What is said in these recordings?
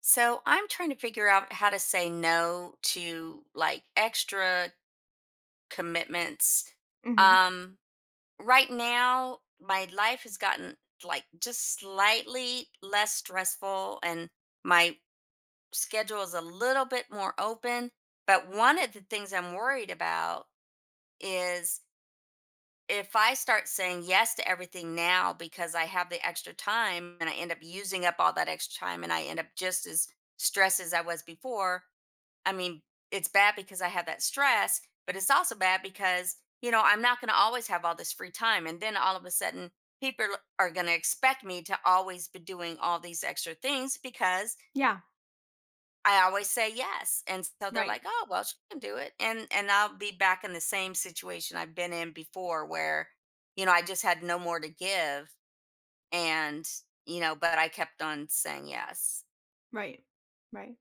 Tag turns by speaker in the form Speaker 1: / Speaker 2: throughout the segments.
Speaker 1: So I'm trying to figure out how to say no to like extra commitments.
Speaker 2: Mhm.
Speaker 1: Um, right now, my life has gotten like just slightly less stressful and my schedule is a little bit more open. But one of the things I'm worried about is if I start saying yes to everything now because I have the extra time and I end up using up all that extra time and I end up just as stressed as I was before. I mean, it's bad because I have that stress, but it's also bad because I'm not going to always have all this free time. And then all of a sudden, people are going to expect me to always be doing all these extra things because
Speaker 2: Yeah.
Speaker 1: I always say yes. And so they're
Speaker 2: Right.
Speaker 1: like, "Oh, well, she can do it." And I'll be back in the same situation I've been in before where, you know, I just had no more to give and, you know, but I kept on saying yes.
Speaker 2: Right. Right.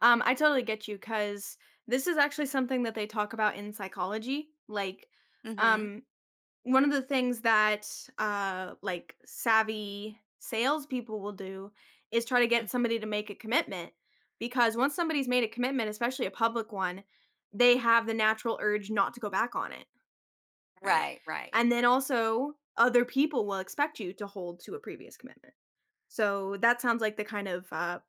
Speaker 2: I totally get you because this is actually something that they talk about in psychology. Like,
Speaker 1: Mhm.
Speaker 2: um, one of the things that like savvy salespeople will do is try to get
Speaker 1: Mm.
Speaker 2: somebody to make a commitment because once somebody's made a commitment, especially a public one, they have the natural urge not to go back on it. Right.
Speaker 1: Right, right.
Speaker 2: And then also, other people will expect you to hold to a previous commitment. So that sounds like the kind of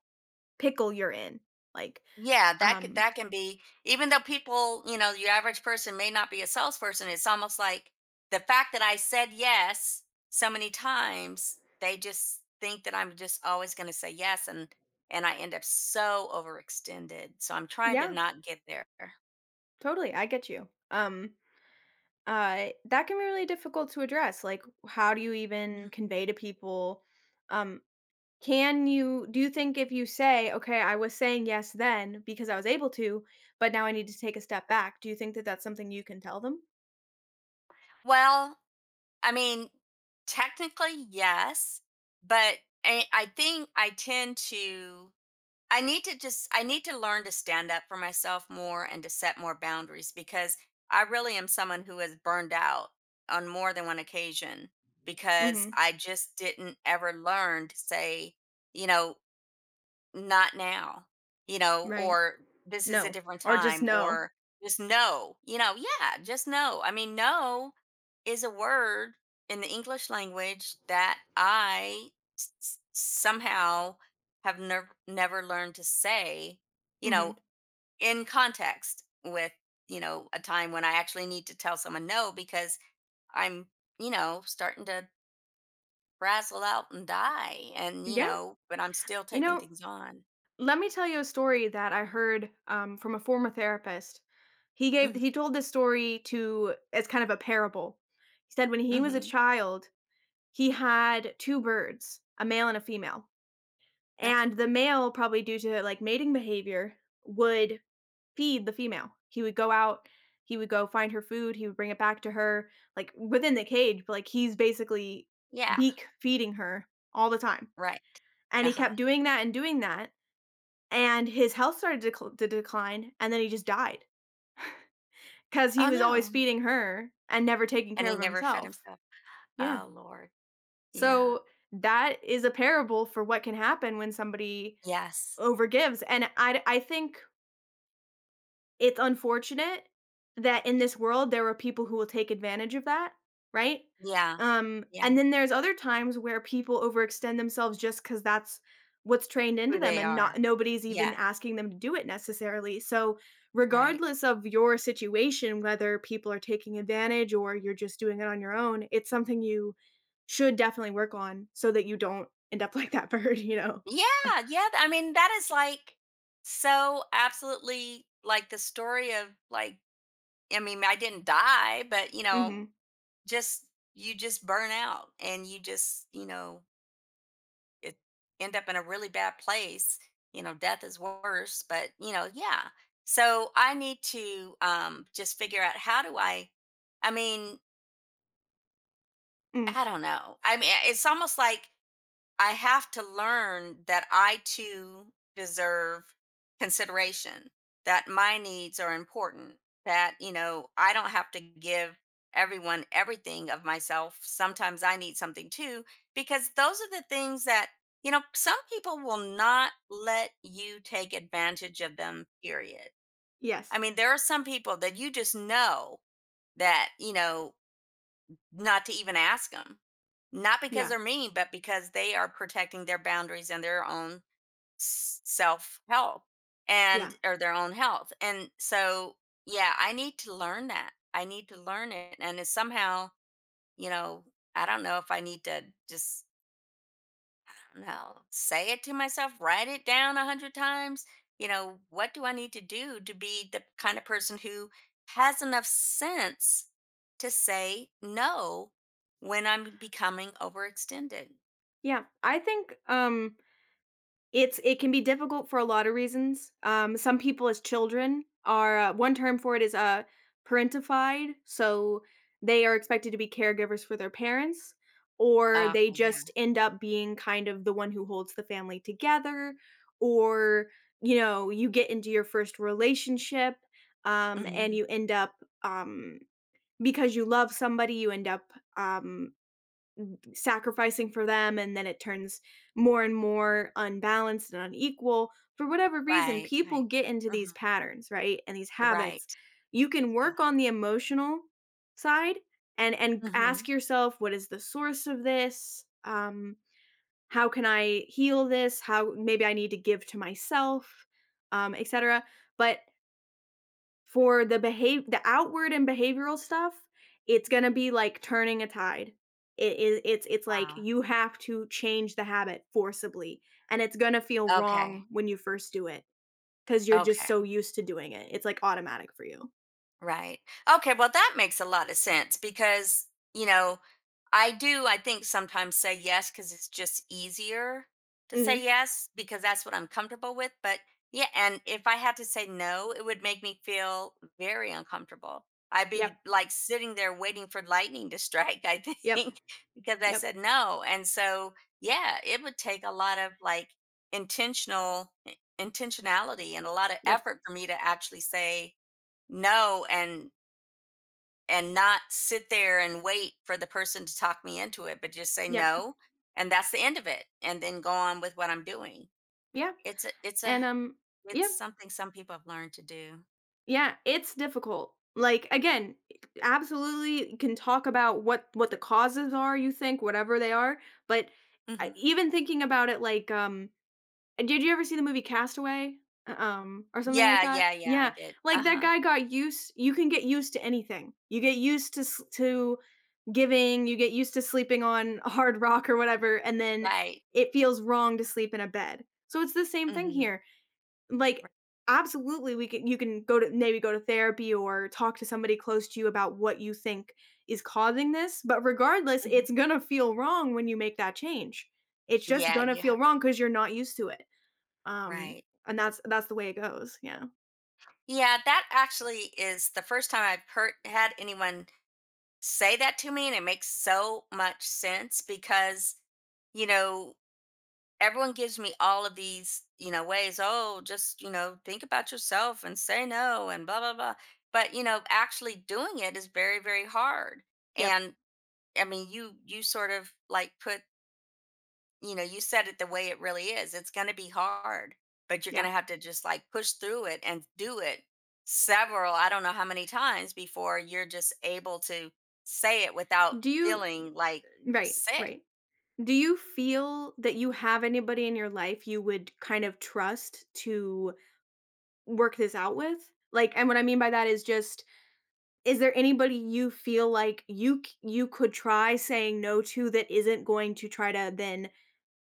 Speaker 2: pickle you're in. Like,
Speaker 1: Yeah,
Speaker 2: um
Speaker 1: that can be. Even though people, you know, your average person may not be a salesperson, it's almost like the fact that I said yes so many times, they just think that I'm just always going to say yes and I end up so overextended. So I'm trying to
Speaker 2: yeah,
Speaker 1: not get there.
Speaker 2: totally, I get you. That can be really difficult to address. Like, how do you even
Speaker 1: Mhm.
Speaker 2: convey to people, um, can you do you think if you say, "Okay, I was saying yes then because I was able to, but now I need to take a step back," do you think that that's something you can tell them?
Speaker 1: Well, I mean, technically yes, but I think I tend to— I need to learn to stand up for myself more and to set more boundaries because I really am someone who has burned out on more than one occasion because
Speaker 2: Mhm,
Speaker 1: I just didn't ever learn to say, you know, "Not now," you know,
Speaker 2: right.
Speaker 1: or "This is a
Speaker 2: No,
Speaker 1: different
Speaker 2: or just
Speaker 1: time,"
Speaker 2: no.
Speaker 1: or just "No," you know. Yeah, just "No." I mean, "No" is a word in the English language that I somehow have never learned to say, you know,
Speaker 2: Mhm.
Speaker 1: in context with, you know, a time when I actually need to tell someone no because I'm, you know, starting to frazzle out and die and, you
Speaker 2: Yeah,
Speaker 1: know, but I'm still
Speaker 2: you
Speaker 1: taking
Speaker 2: know
Speaker 1: things on.
Speaker 2: let me tell you a story that I heard from a former therapist. He
Speaker 1: Hmm.
Speaker 2: told this story to as kind of a parable. He said when he was a
Speaker 1: Hmm.
Speaker 2: child, he had two birds, a male and a female.
Speaker 1: Okay.
Speaker 2: And the male, probably due to like mating behavior, would feed the female. He would go out, he would go find her food, he would bring it back to her, like within the cage, but like he's basically
Speaker 1: Yeah.
Speaker 2: beak feeding her all the time.
Speaker 1: Right.
Speaker 2: And he
Speaker 1: Uh-huh.
Speaker 2: kept doing that and his health started to decline, and then he just died because he
Speaker 1: Oh,
Speaker 2: was always
Speaker 1: no.
Speaker 2: feeding her and never taking
Speaker 1: And
Speaker 2: care
Speaker 1: he
Speaker 2: of
Speaker 1: never fed
Speaker 2: himself.
Speaker 1: himself.
Speaker 2: Yeah.
Speaker 1: Oh, Lord. Yeah.
Speaker 2: So, that is a parable for what can happen when somebody
Speaker 1: Yes.
Speaker 2: overgives, and I think it's unfortunate that in this world there are people who will take advantage of that, right?
Speaker 1: Yeah. Yeah.
Speaker 2: And then there's other times where people overextend themselves just because that's what's trained into
Speaker 1: Who
Speaker 2: them
Speaker 1: they
Speaker 2: and not
Speaker 1: are.
Speaker 2: nobody's even
Speaker 1: Yeah.
Speaker 2: asking them to do it necessarily. So,
Speaker 1: Right.
Speaker 2: regardless of your situation, whether people are taking advantage or you're just doing it on your own, it's something you should definitely work on so that you don't end up like that bird, you know?
Speaker 1: Yeah. Yeah, I mean, that is like so absolutely like the story of like, I mean, I didn't die, but you know,
Speaker 2: Mhm.
Speaker 1: just you just burn out and you just, you know, it end up in a really bad place. You know, death is worse, but you know, yeah. So I need to just figure out, how do I— I mean,
Speaker 2: Mm.
Speaker 1: I don't know, I mean, it's almost like I have to learn that I too deserve consideration, that my needs are important, that, you know, I don't have to give everyone everything of myself. Sometimes I need something too, because those are the things that, you know, some people will not let you take advantage of them, period. I
Speaker 2: Yes.
Speaker 1: mean, there are some people that you just know that, you know, not to even ask them. Not because
Speaker 2: Yeah.
Speaker 1: they're mean, but because they are protecting their boundaries and their own self health
Speaker 2: Yeah.
Speaker 1: and or their own health. And so, yeah, I need to learn that. I need to learn it. And it's somehow, you know, I don't know if I need to just— no, say it to myself, write it down 100 times. You know, what do I need to do to be the kind of person who has enough sense to say no when I'm becoming overextended?
Speaker 2: Yeah. I think. It can be difficult for a lot of reasons. Some people as children are one term for it is parentified, so they are expected to be caregivers for their parents, or
Speaker 1: Okay,
Speaker 2: they
Speaker 1: yeah.
Speaker 2: just end up being kind of the one who holds the family together, or you get into your first relationship, and
Speaker 1: Hmm.
Speaker 2: you end up um because you love somebody, you end up sacrificing for them, and then it turns more and more unbalanced and unequal. For whatever reason,
Speaker 1: Right,
Speaker 2: people
Speaker 1: right.
Speaker 2: get into
Speaker 1: Hmm.
Speaker 2: these patterns, right, and these habits.
Speaker 1: Right.
Speaker 2: You can work on the emotional side and
Speaker 1: Yeah. Hmm.
Speaker 2: ask yourself, what is the source of this, how can I heal this, how maybe I need to give to myself, etc. But for the outward and behavioral stuff, it's gonna be like turning a tide. It is it's like
Speaker 1: Wow.
Speaker 2: you have to change the habit forcibly, and it's gonna feel
Speaker 1: Okay.
Speaker 2: wrong when you first do it because 'cause you're just so
Speaker 1: Okay.
Speaker 2: used to doing it. It's, like, automatic for you.
Speaker 1: Right. Okay, well, that makes a lot of sense because, you know, I do, I think, sometimes say yes because it's just easier to say
Speaker 2: Mhm.
Speaker 1: yes because that's what I'm comfortable with. But yeah, and if I had to say no, it would make me feel very uncomfortable. I'd
Speaker 2: Yep.
Speaker 1: be like sitting there waiting for lightning to strike, I
Speaker 2: Yep.
Speaker 1: think, because I
Speaker 2: Yep.
Speaker 1: said no. And so, yeah, it would take a lot of like intentional— intentionality and a lot of
Speaker 2: Yep.
Speaker 1: effort for me to actually say no and and not sit there and wait for the person to talk me into it but just say
Speaker 2: Yep.
Speaker 1: no and that's the end of it and then go on with what I'm doing.
Speaker 2: Yeah.
Speaker 1: It's a— it's a—
Speaker 2: And,
Speaker 1: it's
Speaker 2: yeah.
Speaker 1: something some people have learned to do.
Speaker 2: Yeah, it's difficult. Like, again, absolutely can talk about what the causes are, you think, whatever they are, but I
Speaker 1: Hmm.
Speaker 2: even thinking about it, like, did you ever see the movie Castaway? Or something like
Speaker 1: Yeah,
Speaker 2: that?
Speaker 1: yeah, yeah, I
Speaker 2: Yeah,
Speaker 1: did.
Speaker 2: like that
Speaker 1: Uh-huh.
Speaker 2: guy got used you can get used to anything. You get used to s to giving, you get used to sleeping on a hard rock or whatever, and then
Speaker 1: Right.
Speaker 2: it feels wrong to sleep in a bed. So it's the same thing
Speaker 1: Hmm.
Speaker 2: here. Like, absolutely, we can you can go to maybe go to therapy or talk to somebody close to you about what you think is causing this, but regardless,
Speaker 1: Mhm.
Speaker 2: it's gonna feel wrong when you make that change. It's just
Speaker 1: Yeah,
Speaker 2: gonna
Speaker 1: you
Speaker 2: feel
Speaker 1: have.
Speaker 2: wrong because 'cause you're not used to it. Um,
Speaker 1: Right.
Speaker 2: and that's the way it goes, yeah.
Speaker 1: Yeah, that actually is the first time I've heard had anyone say that to me, and it makes so much sense because, you know, everyone gives me all of these, you know, ways, oh, just, you know, think about yourself and say no and blah, blah, blah. But, you know, actually doing it is very, very hard.
Speaker 2: Yep,
Speaker 1: And I mean, you sort of like put, you know, you said it the way it really is. It's going to be hard, but you're going
Speaker 2: yeah.
Speaker 1: to have to just like push through it and do it several— I don't know how many times before you're just able to say it without
Speaker 2: Do you
Speaker 1: feeling like
Speaker 2: Right,
Speaker 1: sick.
Speaker 2: right. Do you feel that you have anybody in your life you would kind of trust to work this out with? Like, and what I mean by that is just, is there anybody you feel like you could try saying no to that isn't going to try to then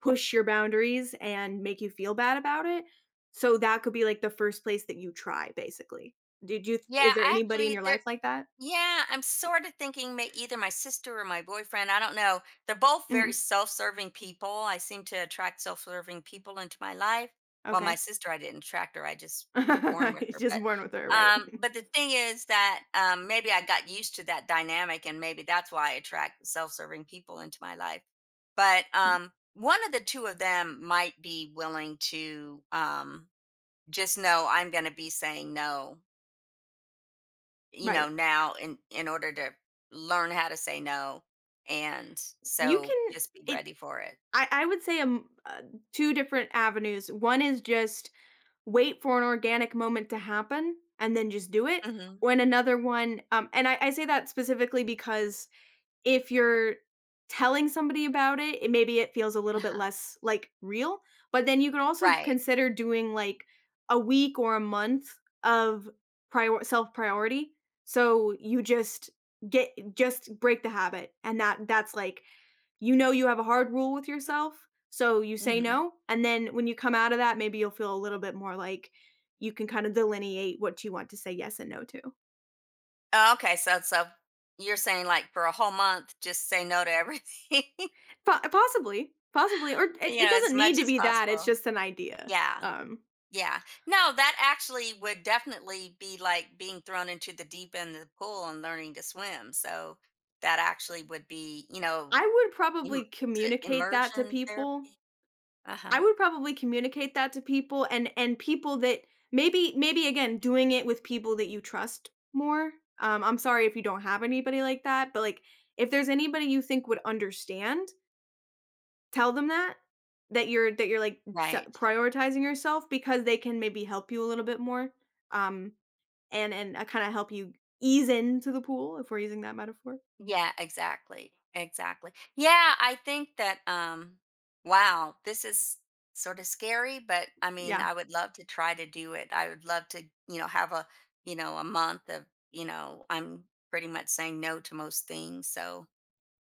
Speaker 2: push your boundaries and make you feel bad about it? So that could be like the first place that you try, basically. Did you? Is
Speaker 1: Yeah,
Speaker 2: there anybody in
Speaker 1: actually,
Speaker 2: your
Speaker 1: there—
Speaker 2: life like that?
Speaker 1: yeah, I'm sort of thinking may either my sister or my boyfriend. I don't know. They're both
Speaker 2: Hmm.
Speaker 1: very self-serving people. I seem to attract self-serving people into my life. Well, my
Speaker 2: Okay,
Speaker 1: sister, I didn't attract her. I just was born with
Speaker 2: you
Speaker 1: her.
Speaker 2: just born with her, right?
Speaker 1: But the thing is that maybe I got used to that dynamic, and maybe that's why I attract self-serving people into my life. But one of the two of them might be willing to just know I'm going to be saying no, you know,
Speaker 2: Right.
Speaker 1: now, in order to learn how to say no, and
Speaker 2: You
Speaker 1: so
Speaker 2: can.
Speaker 1: just be
Speaker 2: It
Speaker 1: ready for it.
Speaker 2: I would say, two different avenues. One is just wait for an organic moment to happen and then just do it.
Speaker 1: Hmm.
Speaker 2: When another one, and I say that specifically because if you're telling somebody about it, maybe it feels a little bit
Speaker 1: Uh-huh.
Speaker 2: less, like, real, but then you can also
Speaker 1: Right.
Speaker 2: consider doing, like, a week or a month of prior self-priority. So you just get just break the habit, and that's, like, you know you have a hard rule with yourself, so you say
Speaker 1: Hmm.
Speaker 2: no, and then when you come out of that, maybe you'll feel a little bit more like you can kind of delineate what you want to say yes and no to.
Speaker 1: Oh, okay, so you're saying like for a whole month just say no to everything.
Speaker 2: Po possibly, possibly, or it
Speaker 1: You
Speaker 2: it
Speaker 1: know, as
Speaker 2: doesn't need
Speaker 1: much
Speaker 2: to
Speaker 1: as
Speaker 2: be that, it's
Speaker 1: possible.
Speaker 2: just an idea.
Speaker 1: Yeah.
Speaker 2: Um,
Speaker 1: Yeah, no, that actually would definitely be like being thrown into the deep end of the pool and learning to swim, so that actually would be, you know—
Speaker 2: I would probably
Speaker 1: im- is it
Speaker 2: communicate that to
Speaker 1: immersion
Speaker 2: people.
Speaker 1: therapy?
Speaker 2: I
Speaker 1: Uh-huh.
Speaker 2: would probably communicate that to people, and people that maybe again, doing it with people that you trust more. I'm sorry if you don't have anybody like that, but, like, if there's anybody you think would understand, tell them that, that you're, like, se
Speaker 1: Right.
Speaker 2: prioritizing yourself, because they can maybe help you a little bit more, um, and kinda help you ease into the pool, if we're using that metaphor.
Speaker 1: Yeah, exactly. Exactly. Yeah, I think that wow, this is sort of scary, but I mean,
Speaker 2: Yeah.
Speaker 1: I would love to try to do it. I would love to, you know, have a, you know, a month of, you know, I'm pretty much saying no to most things, so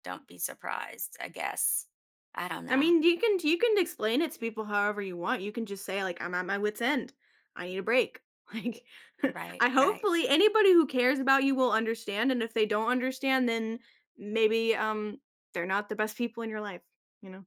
Speaker 1: don't be surprised, I guess. I don't
Speaker 2: I
Speaker 1: know.
Speaker 2: mean, you can explain it to people however you want. You can just say, like, "I'm at my wit's end. I need a break." Like,
Speaker 1: Right,
Speaker 2: I
Speaker 1: right.
Speaker 2: hopefully, anybody who cares about you will understand, and if they don't understand, then maybe, they're not the best people in your life, you know?